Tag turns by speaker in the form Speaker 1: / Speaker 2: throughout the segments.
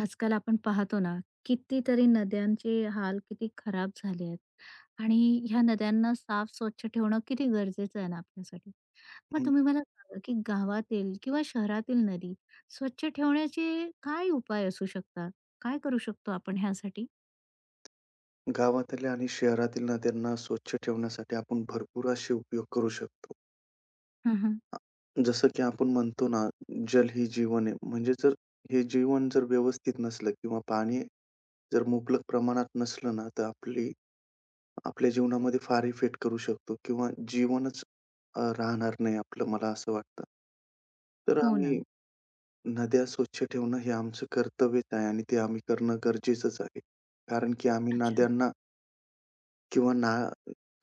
Speaker 1: आजकाल आपण पाहतो ना, कितीतरी नद्यांचे हाल किती खराब झाले आहेत आणि ह्या नद्यांना साफ स्वच्छ ठेवणं किती गरजेचं आहे ना आपल्यासाठी. मग
Speaker 2: हं.
Speaker 1: तुम्ही मला सांगा, की गावातील किंवा शहरातील नदी स्वच्छ ठेवण्याचे काय उपाय असू शकतात? काय करू शकतो आपण ह्यासाठी?
Speaker 2: गावातल्या आणि शहरातील नद्यांना स्वच्छ ठेवण्यासाठी आपण भरपूर असे उपयोग करू शकतो.
Speaker 1: हं.
Speaker 2: अ, जसं की आपण म्हणतो ना, जल ही जीवन आहे. म्हणजे जर हे जीवन जर व्यवस्थित नसलं किंवा पाणी जर मुबलक प्रमाणात नसलं ना, तर आपल्या जीवनामध्ये फार इफेक्ट करू शकतो किंवा जीवनच राहणार नाही आपलं, मला असं वाटतं. तर
Speaker 1: हो ना.
Speaker 2: आम्ही नद्या स्वच्छ ठेवणं हे आमचं कर्तव्यच आहे आणि ते आम्ही करणं गरजेचंच आहे. कारण की आम्ही
Speaker 1: अच्छा.
Speaker 2: नद्यांना किंवा ना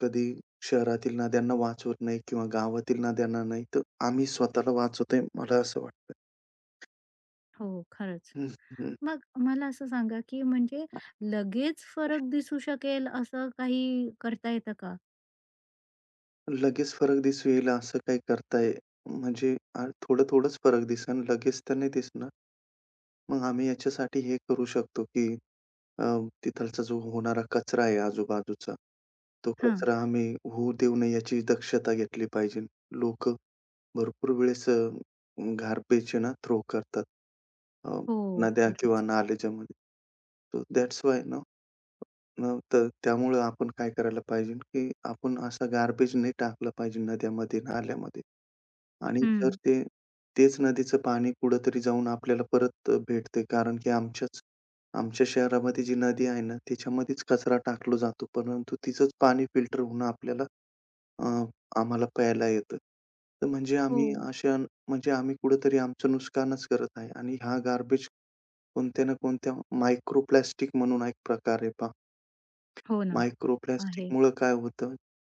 Speaker 2: कधी शहरातील नद्यांना वाचवत नाही किंवा गावातील नद्यांना नाही, तर आम्ही स्वतःला वाचवतोय मला असं वाटतं.
Speaker 1: हो, खरंच.
Speaker 2: हं, हं.
Speaker 1: मग मला असं सांगा, की म्हणजे लगेच फरक दिसू शकेल असं काही करता येतं का?
Speaker 2: लगेच फरक दिसू येईल असं काही करताय म्हणजे थोडं-थोडंच फरक दिसेल, लगेच तर नाही दिसणार. मग आम्ही याच्यासाठी हे करू शकतो, की अ, तिथलचा जो होणारा कचरा आहे आजूबाजूचा, तो
Speaker 1: हां.
Speaker 2: कचरा आम्ही होऊ देऊ नये याची दक्षता घेतली पाहिजे. लोकं भरपूर वेळेस गार्बेज आहे ना थ्रो करतात. अ,
Speaker 1: हो,
Speaker 2: नद्या किंवा
Speaker 1: खरंच.
Speaker 2: नाल्याच्यामध्ये. सो दॅट्स व्हाय ना अ, तर त्यामुळं आपण काय करायला पाहिजे, की आपण असा गार्बेज नाही टाकला पाहिजे नद्यामध्ये, नाल्यामध्ये. आणि जर
Speaker 1: हं.
Speaker 2: ते तेच नदीचं पाणी कुठेतरी जाऊन आपल्याला परत भेटते कारण की आमच्या शहरामध्ये जी नदी आहे ना, त्याच्यामध्येच कचरा टाकला जातो. परंतु तिचंच पाणी फिल्टर होऊन अ, आम्हाला प्यायला येतं. तर म्हणजे
Speaker 1: हो.
Speaker 2: आम्ही अशा म्हणजे आम्ही कुठेतरी आमचं नुकसानच करत आहे आणि हा गार्बेज कोणत्या ना कोणत्या मायक्रो प्लास्टिक म्हणून एक प्रकार आहे पहा.
Speaker 1: हो ना.
Speaker 2: मायक्रो
Speaker 1: आहे.
Speaker 2: प्लास्टिकमुळं काय होतं,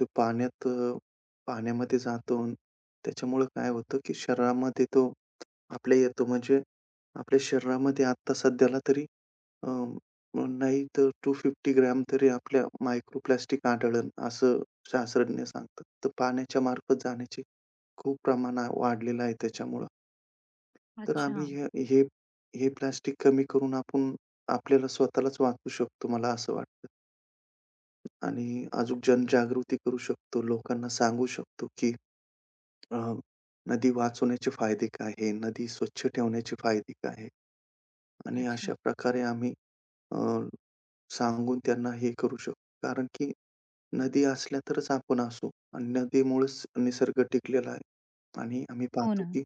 Speaker 2: ते पाण्यात अ, पाण्यामध्ये जातो. त्याच्यामुळं काय होतं, की शरीरामध्ये तो आपल्या येतो म्हणजे आपल्या शरीरामध्ये आत्ता सध्याला तरी अ, नाही तर 250 ग्रॅम तरी आपल्या मायक्रोप्लास्टिक आढळेल, असं शास्त्रज्ञ सांगतात. तर पाण्याच्या मार्फत जाण्याचे खूप प्रमाण वाढलेलं आहे त्याच्यामुळं. तर आम्ही
Speaker 1: अच्छा,
Speaker 2: हे हे हे प्लास्टिक कमी करून आपण आपल्याला स्वतःलाच वाचवू शकतो, मला असं वाटतं आणि अजून जनजागृती करू शकतो. लोकांना सांगू शकतो, की अ, नदी वाचवण्याचे फायदे काय आहे? नदी स्वच्छ ठेवण्याचे फायदे काय आहे? आणि
Speaker 1: अच्छा.
Speaker 2: अशा प्रकारे आम्ही सांगून त्यांना हे करू शकतो. कारण की नदी असल्या तरच आपण असू आणि नदीमुळेच निसर्ग टिकलेला आहे आणि आम्ही
Speaker 1: हो
Speaker 2: पाहतो
Speaker 1: ना.
Speaker 2: की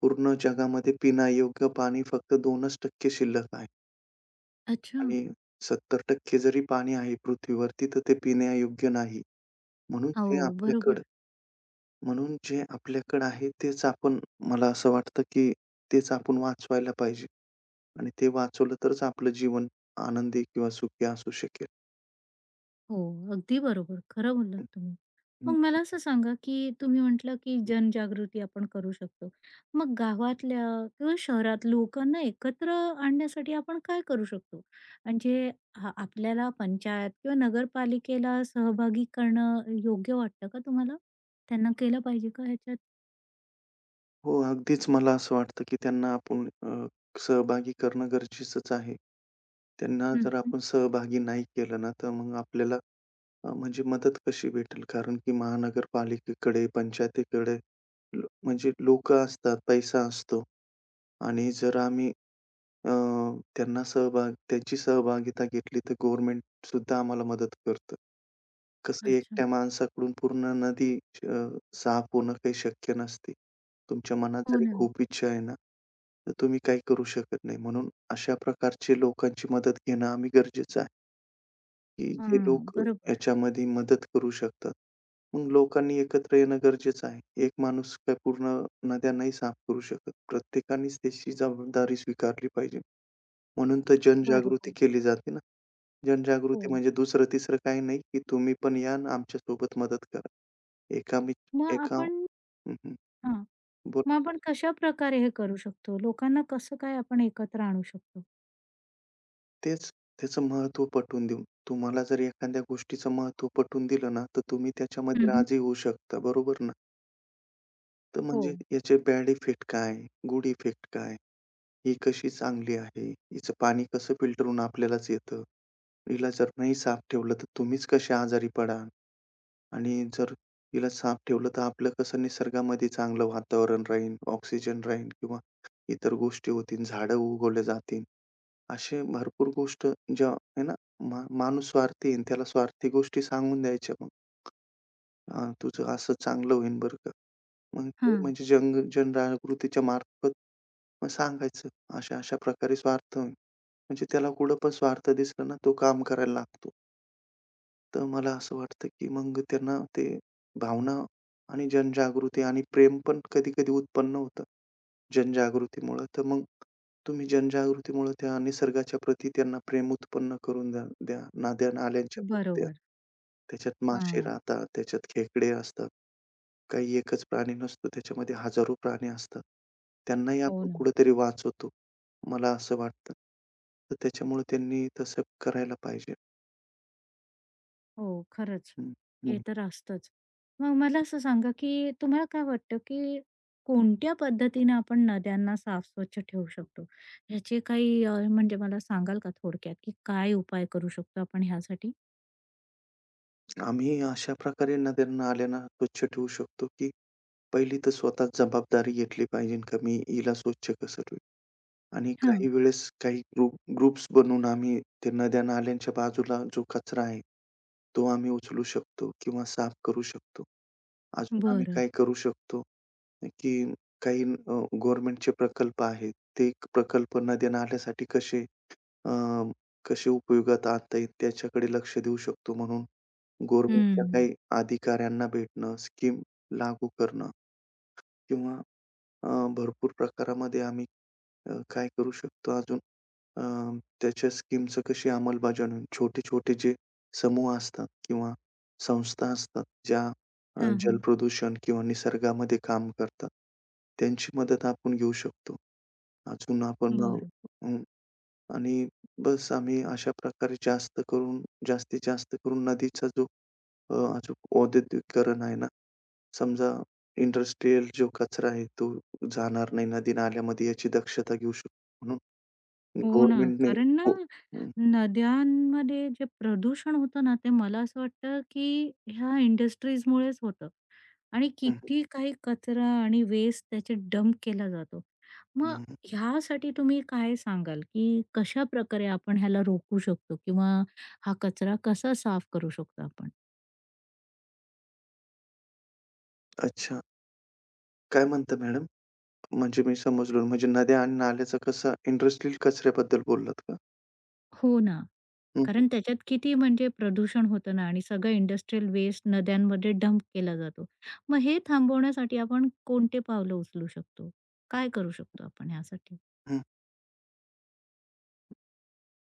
Speaker 2: पूर्ण जगामध्ये पिण्यायोग्य पाणी फक्त 2% शिल्लक आहे
Speaker 1: अच्छा.
Speaker 2: आणि 70% जरी पाणी आहे पृथ्वीवरती, तर ते पिण्यायोग्य नाही. म्हणून
Speaker 1: हो,
Speaker 2: जे आपल्याकडं
Speaker 1: बरोबर.
Speaker 2: म्हणून जे आपल्याकडं आहे तेच आपण मला असं वाटतं की तेच आपण वाचवायला पाहिजे आणि ते वाचवलं तरच आपलं जीवन आनंदी किंवा सुखी असू शकेल.
Speaker 1: हो, अगदी बरोबर. खरं बोललात तुम्ही. मग मला
Speaker 2: हं.
Speaker 1: असं सांगा, की तुम्ही म्हटलं, की जनजागृती आपण करू शकतो. मग गावातल्या किंवा शहरात लोकांना एकत्र आणण्यासाठी आपण काय करू शकतो? म्हणजे आपल्याला पंचायत किंवा नगरपालिकेला सहभागी करणं योग्य वाटतं का तुम्हाला? त्यांना केलं पाहिजे का ह्याच्यात?
Speaker 2: हो, अगदीच मला असं वाटतं, की त्यांना आपण सहभागी करणं गरजेचंच आहे. त्यांना जर
Speaker 1: हं,
Speaker 2: आपण सहभागी नाही केलं ना, तर मग आपल्याला म्हणजे मदत कशी भेटेल? कारण की महानगरपालिकेकडे, पंचायतीकडे लो म्हणजे लोकं असतात, पैसा असतो. आणि जर आम्ही अ, त्यांना सहभाग त्यांची सहभागिता घेतली, तर गव्हर्नमेंट सुद्धा आम्हाला मदत करतं. कसं
Speaker 1: अच्छा.
Speaker 2: एकट्या माणसाकडून पूर्ण नदी अ, साफ होणं काही शक्य नसते. तुमच्या मनात
Speaker 1: हो
Speaker 2: जरी
Speaker 1: ना.
Speaker 2: खूप इच्छा आहे ना, तर तुम्ही काही करू शकत नाही. म्हणून अशा प्रकारचे लोकांची मदत घेणं आम्ही गरजेचं आहे. की जे लोक
Speaker 1: हां, बरोबर.
Speaker 2: याच्यामध्ये मदत करू शकतात. मग लोकांनी एकत्र येणं गरजेचं आहे. एक माणूस काय पूर्ण नद्या नाही साफ करू शकत. प्रत्येकानेच त्याची जबाबदारी स्वीकारली पाहिजे. म्हणून तर
Speaker 1: बरोबर.
Speaker 2: जनजागृती केली जाते ना. जनजागृती
Speaker 1: हो.
Speaker 2: म्हणजे दुसरं-तिसरं काही नाही, की तुम्ही पण या आणि आमच्यासोबत मदत करा. एका मी
Speaker 1: मग
Speaker 2: एका
Speaker 1: आपण
Speaker 2: हं, हं.
Speaker 1: हां.
Speaker 2: बोला.
Speaker 1: मग आपण कशाप्रकारे हे करू शकतो? लोकांना कसं काय आपण एकत्र आणू शकतो?
Speaker 2: तेच त्याचं महत्त्व पटवून देऊन. तुम्हाला जर एखाद्या गोष्टीचं महत्त्व पटवून दिलं ना, तर तुम्ही
Speaker 1: हं,
Speaker 2: त्याच्यामध्ये
Speaker 1: हं.
Speaker 2: राजी होऊ शकता. बरोबर ना? तर
Speaker 1: हो.
Speaker 2: म्हणजे याचे बॅड इफेक्ट काय? गुड इफेक्ट काय? ही कशी चांगली आहे? हिचं पाणी कसं फिल्टर होऊन आपल्यालाच येतं? हिला जर नाही साफ ठेवलं तर तुम्हीच कसे आजारी पडाल? आणि जर हिला साफ ठेवलं तर आपलं कसं निसर्गामध्ये चांगलं वातावरण राहील, ऑक्सिजन राहील किंवा इतर गोष्टी होतील, झाडं उगवले जातील. असे भरपूर गोष्ट ज्या आहे ना, माणूस स्वार्थी आहे त्याला स्वार्थी गोष्टी सांगून द्यायच्या. हां, तुझं असं चांगलं होईल बरं का. मग ते
Speaker 1: हां.
Speaker 2: म्हणजे हं. जनजागृतीच्या मार्फत मग सांगायचं, अशा-अशा प्रकारे स्वार्थ होईल. म्हणजे त्याला कुठं पण स्वार्थ दिसला ना, तो काम करायला लागतो. तर मला असं वाटतं, की मग त्यांना ते भावना आणि जनजागृती आणि प्रेम पण कधी-कधी उत्पन्न होतं, जनजागृतीमुळं. तर मग तुम्ही जनजागृतीमुळं त्या निसर्गाच्या प्रती त्यांना प्रेम उत्पन्न करून द्या द्या. नद्या-नाल्यांच्या प्रती द्या.
Speaker 1: बरोबर.
Speaker 2: त्याच्यात मासे
Speaker 1: हां.
Speaker 2: राहतात, त्याच्यात खेकडे असतात. काही एकच प्राणी नसतो, त्याच्यामध्ये हजारो प्राणी असतात. त्यांनाही
Speaker 1: हो
Speaker 2: आपण
Speaker 1: ना.
Speaker 2: कुठेतरी वाचवतो, मला असं वाटतं. तर त्याच्यामुळे त्यांनी तसं करायला पाहिजे.
Speaker 1: हो, खरंच.
Speaker 2: हं,
Speaker 1: हे
Speaker 2: हं.
Speaker 1: तर असतंच. मग मला असं सांगा, की तुम्हाला काय वाटतं, की कोणत्या पद्धतीने आपण नद्यांना साफ स्वच्छ ठेवू शकतो? ह्याचे काही म्हणजे मला सांगाल का थोडक्यात, की काय उपाय करू शकतो आपण ह्यासाठी?
Speaker 2: आम्ही अशा प्रकारे नद्या-नाल्यांना स्वच्छ ठेवू शकतो, की पहिली तर स्वतः जबाबदारी घेतली पाहिजे, का मी हिला स्वच्छ कसं ठेवू? आणि काही
Speaker 1: हां.
Speaker 2: वेळेस काही ग्रुप्स बनवून आम्ही ते नद्या-नाल्यांच्या बाजूला जो कचरा आहे, तो आम्ही उचलू शकतो किंवा साफ करू शकतो. अजून आम्ही
Speaker 1: बरं.
Speaker 2: काय करू शकतो? की काही गव्हर्नमेंटचे प्रकल्प आहेत. ते प्रकल्प नद्या-नाल्यांसाठी अ, कसे उपयोगात आणता येईल त्याच्याकडे लक्ष देऊ शकतो म्हणून गव्हर्नमेंटच्या
Speaker 1: हं.
Speaker 2: काही अधिकाऱ्यांना भेटणं, स्कीम लागू करणं किंवा अ, भरपूर प्रकारामध्ये आम्ही काय करू शकतो अजून अ, त्याच्या स्कीमचं कशी अंमलबजावणी होईल. छोटे-छोटे जे समूह असतात किंवा संस्था असतात ज्या
Speaker 1: हां,
Speaker 2: जल
Speaker 1: हां.
Speaker 2: प्रदूषण किंवा निसर्गामध्ये काम करतात, त्यांची मदत आपण घेऊ शकतो. अजून आपण अ,
Speaker 1: बरं.
Speaker 2: अं, आणि बस आम्ही अशा प्रकारे जास्त करून जास्तीत जास्त करून नदीचा जो अ, जो औद्योगिकरण आहे ना, समजा इंडस्ट्रियल जो कचरा आहे तो जाणार नाही नदी-नाल्यामध्ये याची दक्षता घेऊ शकतो. म्हणून
Speaker 1: हो ना.
Speaker 2: गव्हर्नमेंटने
Speaker 1: कारण ना
Speaker 2: हो. हं,
Speaker 1: नद्यांमध्ये जे प्रदूषण होतं ना, ते मला असं वाटतं, की ह्या इंडस्ट्रीजमुळेच होतं आणि
Speaker 2: हं,
Speaker 1: किती काही कचरा आणि वेस्ट त्याचे डंप केला जातो. मग
Speaker 2: हं.
Speaker 1: ह्यासाठी तुम्ही काय सांगाल, की कशाप्रकारे आपण ह्याला रोखू शकतो किंवा हा कचरा कसा साफ करू शकतो आपण?
Speaker 2: अच्छा. काय म्हणता मॅडम? म्हणजे मी समजलो. म्हणजे नद्या आणि नाल्याचा कसा इंडस्ट्रियल कचऱ्याबद्दल बोललात का?
Speaker 1: हो ना.
Speaker 2: हं, हं,
Speaker 1: कारण त्याच्यात किती म्हणजे प्रदूषण होतं ना आणि सगळं इंडस्ट्रियल वेस्ट नद्यांमध्ये डंप केला जातो. मग हे थांबवण्यासाठी आपण कोणते पावलं उचलू शकतो? काय करू शकतो आपण ह्यासाठी?
Speaker 2: हं.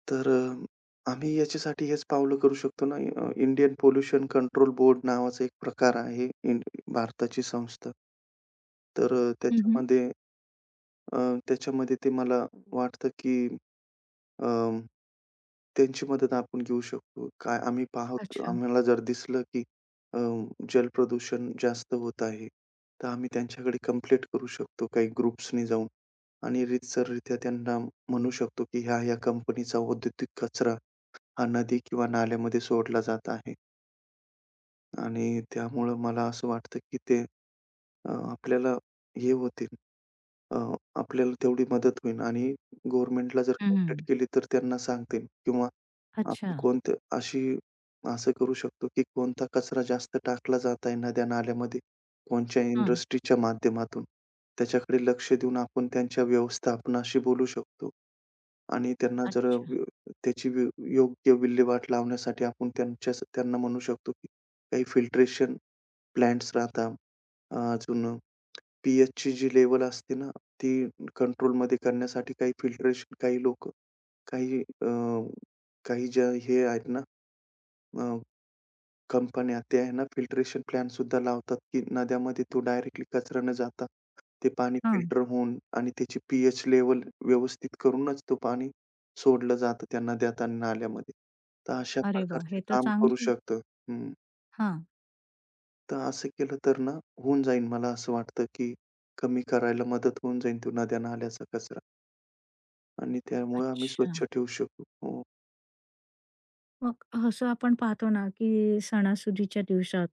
Speaker 2: तर आम्ही याच्यासाठी हेच पावलं करू शकतो ना, इंडियन पोल्युशन कंट्रोल बोर्ड नावाचा एक प्रकार आहे, भारताची संस्था. तर
Speaker 1: हं.
Speaker 2: अ, त्याच्यामध्ये ते मला वाटतं की त्यांची मदत आपण घेऊ शकतो. काय आम्ही पाहतो
Speaker 1: अच्छा.
Speaker 2: आम्हाला जर दिसलं, की अ, जलप्रदूषण जास्त होत आहे, तर आम्ही त्यांच्याकडे कंप्लेंट करू शकतो काही ग्रुप्सनी जाऊन आणि रीतसररित्या त्यांना म्हणू शकतो, की ह्या-ह्या कंपनीचा औद्योगिक कचरा हा नदी किंवा नाल्यामध्ये सोडला जात आहे आणि त्यामुळं मला असं वाटतं, की ते आपल्याला हे होतील. अ, आपल्याला तेवढी मदत होईल आणि गव्हर्नमेंटला जर
Speaker 1: हं.
Speaker 2: कंप्लेंट केली तर त्यांना सांगतील किंवा आपण
Speaker 1: अच्छा.
Speaker 2: कोणतं अशी असं करू शकतो, की कोणता कचरा जास्त टाकला जात आहे नद्या-नाल्यामध्ये, कोणत्या
Speaker 1: हां.
Speaker 2: इंडस्ट्रीच्या माध्यमातून. त्याच्याकडे लक्ष देऊन आपण त्यांच्या व्यवस्थापनाशी बोलू शकतो आणि त्यांना जर
Speaker 1: अच्छा.
Speaker 2: व्य त्याची व्य योग्य विल्हेवाट लावण्यासाठी आपण त्यांच्या त्यांना म्हणू शकतो, की काही फिल्ट्रेशन प्लांट्स राहतात. अजून पी ची जी लेव्हल असते ना, ती कंट्रोलमध्ये करण्यासाठी काही फिल्टरेशन काही लोकं, काही अ, काही ज्या हे आहेत ना अ, कंपन्या त्या आहे ना फिल्टरेशन प्लांट सुद्धा लावतात, की नद्यामध्ये तो डायरेक्टली कचरा न जाता ते पाणी
Speaker 1: हां.
Speaker 2: फिल्टर होऊन आणि त्याची पी लेव्हल व्यवस्थित करूनच तो पाणी सोडलं जातं त्या नद्यात आणि नाल्यामध्ये. तर अशा
Speaker 1: अरे वाह!
Speaker 2: प्रकारचे
Speaker 1: हे तर
Speaker 2: काम करू
Speaker 1: चांगलं आहे.
Speaker 2: शकतं.
Speaker 1: हां.
Speaker 2: तर असं केलं तर ना, होऊन जाईल मला असं वाटतं, की कमी करायला मदत होऊन जाईल तो नद्या-नाल्याचा कचरा आणि त्यामुळे आम्ही
Speaker 1: अच्छा.
Speaker 2: स्वच्छ ठेवू शकू. हो.
Speaker 1: मग असं आपण पाहतो ना, की सणासुदीच्या दिवसात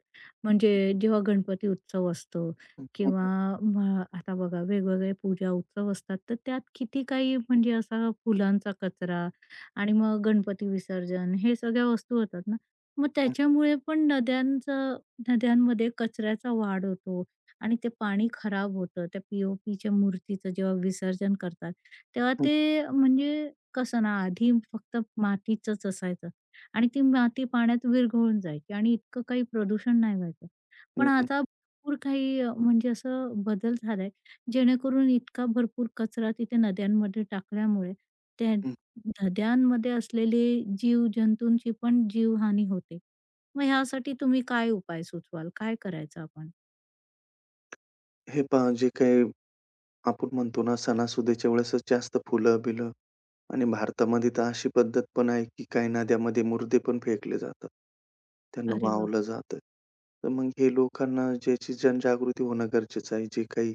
Speaker 1: म्हणजे जेव्हा गणपती उत्सव असतो
Speaker 2: हं, हं,
Speaker 1: किंवा
Speaker 2: हं,
Speaker 1: आता बघा वेगवेगळे पूजा उत्सव असतात, तर त्यात किती काही म्हणजे असा फुलांचा कचरा आणि मग गणपती विसर्जन हे सगळ्या वस्तू होतात ना. मग त्याच्यामुळे पण नद्यांमध्ये कचऱ्याचा वाढ होतो आणि ते पाणी खराब होतं. त्या पी मूर्तीचं जेव्हा विसर्जन करतात, तेव्हा
Speaker 2: हं,
Speaker 1: ते म्हणजे कसं ना, आधी फक्त मातीचंच असायचं. आणि ती माती पाण्यात विरघळून जायची आणि इतकं काही प्रदूषण नाही व्हायचं.
Speaker 2: हं,
Speaker 1: पण
Speaker 2: हं,
Speaker 1: आता भरपूर काही म्हणजे असं बदल झालाय, जेणेकरून इतका भरपूर कचरा तिथे नद्यांमध्ये टाकल्यामुळे त्या
Speaker 2: हं.
Speaker 1: नद्यांमध्ये असलेले जीव-जंतूंची पण जीवहानी होते. मग ह्यासाठी तुम्ही काय उपाय सुचवाल? काय करायचं आपण?
Speaker 2: हे पहा जे काही आपण म्हणतो ना, सणासुदीच्या वेळेसच जास्त फुलं-बिलं आणि भारतामध्ये तर अशी पद्धत पण आहे, की काही नद्यांमध्ये मुर्दे पण फेकले जातात. त्यांना
Speaker 1: अरे बाप!
Speaker 2: वाहवलं जातं. तर मग हे लोकांना ज्याची जनजागृती होणं गरजेचं आहे. जे काही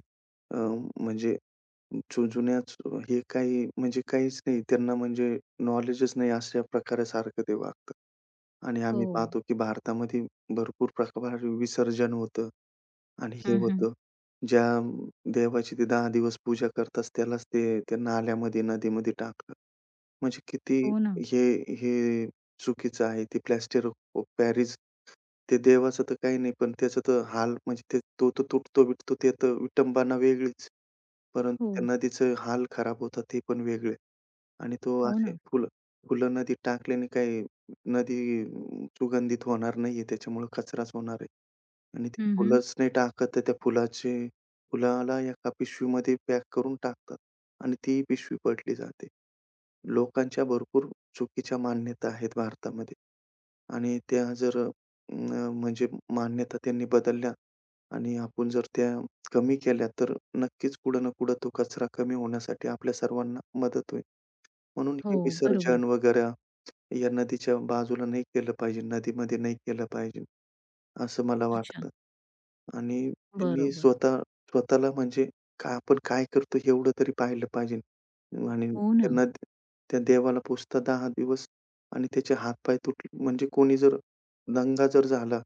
Speaker 2: अ, म्हणजे जु जुन्याच हे काही म्हणजे काहीच नाही. त्यांना म्हणजे नॉलेजच नाही अशा प्रकारे सारखं ते वागतात. आणि आम्ही
Speaker 1: हो.
Speaker 2: पाहतो की भारतामध्ये भरपूर प्रकारे विसर्जन होतं आणि हे
Speaker 1: हं.
Speaker 2: होतं. ज्या देवाची ते 10 दिवस पूजा करतात त्यालाच ते त्या नाल्यामध्ये, नदीमध्ये टाकतात. म्हणजे किती
Speaker 1: हो ना.
Speaker 2: हे हे चुकीचं आहे. ते प्लास्टर ऑफ पॅरिस ते देवाचं तर काही नाही, पण त्याचं तर हाल म्हणजे ते तो तर तुटतो-बिटतो ते तर विटंबना वेगळीच. परंतु
Speaker 1: हो.
Speaker 2: त्या नदीचे हाल खराब होतात ते पण वेगळे. आणि तो
Speaker 1: हो
Speaker 2: असे
Speaker 1: ना.
Speaker 2: फुलं फुलं नदीत टाकल्याने काय नदी सुगंधित होणार नाहीये. त्याच्यामुळे कचराच होणार आहे. आणि ती
Speaker 1: हं.
Speaker 2: फुलंच नाही टाकत तर त्या फुलाचे फुलाला एका पिशवीमध्ये पॅक करून टाकतात आणि ती पिशवी पडली जाते. लोकांच्या भरपूर चुकीच्या मान्यता आहेत भारतामध्ये आणि त्या जर अ, म्हणजे मान्यता त्यांनी बदलल्या आणि आपण जर त्या कमी केल्या, तर नक्कीच कुठं ना कुठं तो कचरा कमी होण्यासाठी आपल्या सर्वांना मदत होईल. म्हणून
Speaker 1: हो,
Speaker 2: हे
Speaker 1: बरोबर.
Speaker 2: विसर्जन वगैरे या नदीच्या बाजूला नाही केलं पाहिजे, नदीमध्ये नाही केलं पाहिजे. असं मला
Speaker 1: अच्छा.
Speaker 2: वाटतं. आणि त्यांनी
Speaker 1: बरोबर.
Speaker 2: स्वतः स्वतःला म्हणजे का आपण काय करतो एवढं तरी पाहिलं पाहिजे. आणि
Speaker 1: हो ना.
Speaker 2: त्यांना त्या देवाला पुजता 10 दिवस आणि त्याचे हातपाय तुटले म्हणजे कोणी जर दंगा जर झाला,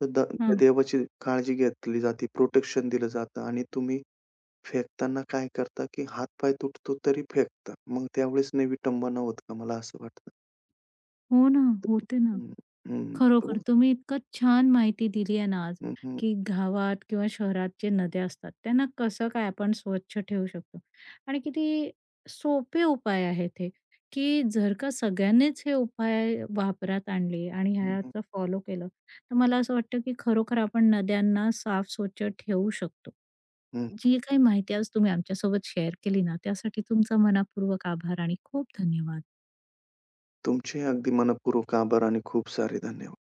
Speaker 2: तर द त्या
Speaker 1: हं.
Speaker 2: देवाची काळजी घेतली जाते, प्रोटेक्शन दिलं जातं आणि तुम्ही फेकताना काय करता, की हातपाय तुटतो तरी फेकता. मग त्यावेळेस नाही विटंबना होत का? मला असं वाटतं.
Speaker 1: हो ना. होते ना.
Speaker 2: हं, हं.
Speaker 1: खरोखर तुम्ही इतकं छान माहिती दिली आहे ना आज,
Speaker 2: हं, हं.
Speaker 1: की गावात किंवा शहरात जे नद्या असतात त्यांना कसं काय आपण स्वच्छ ठेवू शकतो आणि किती सोपे उपाय आहेत हे, की जर का सगळ्यांनीच हे उपाय वापरात आणले आणि
Speaker 2: हं,
Speaker 1: ह्याचं फॉलो केलं, तर मला असं वाटतं की खरोखर आपण नद्यांना साफ स्वच्छ ठेवू शकतो.
Speaker 2: हं.
Speaker 1: जी काही माहिती आज तुम्ही आमच्यासोबत शेअर केली ना, त्यासाठी तुमचा मनापूर्वक आभार आणि खूप धन्यवाद.
Speaker 2: तुमचे अगदी मनःपूर्वक आभार आणि खूप सारे धन्यवाद.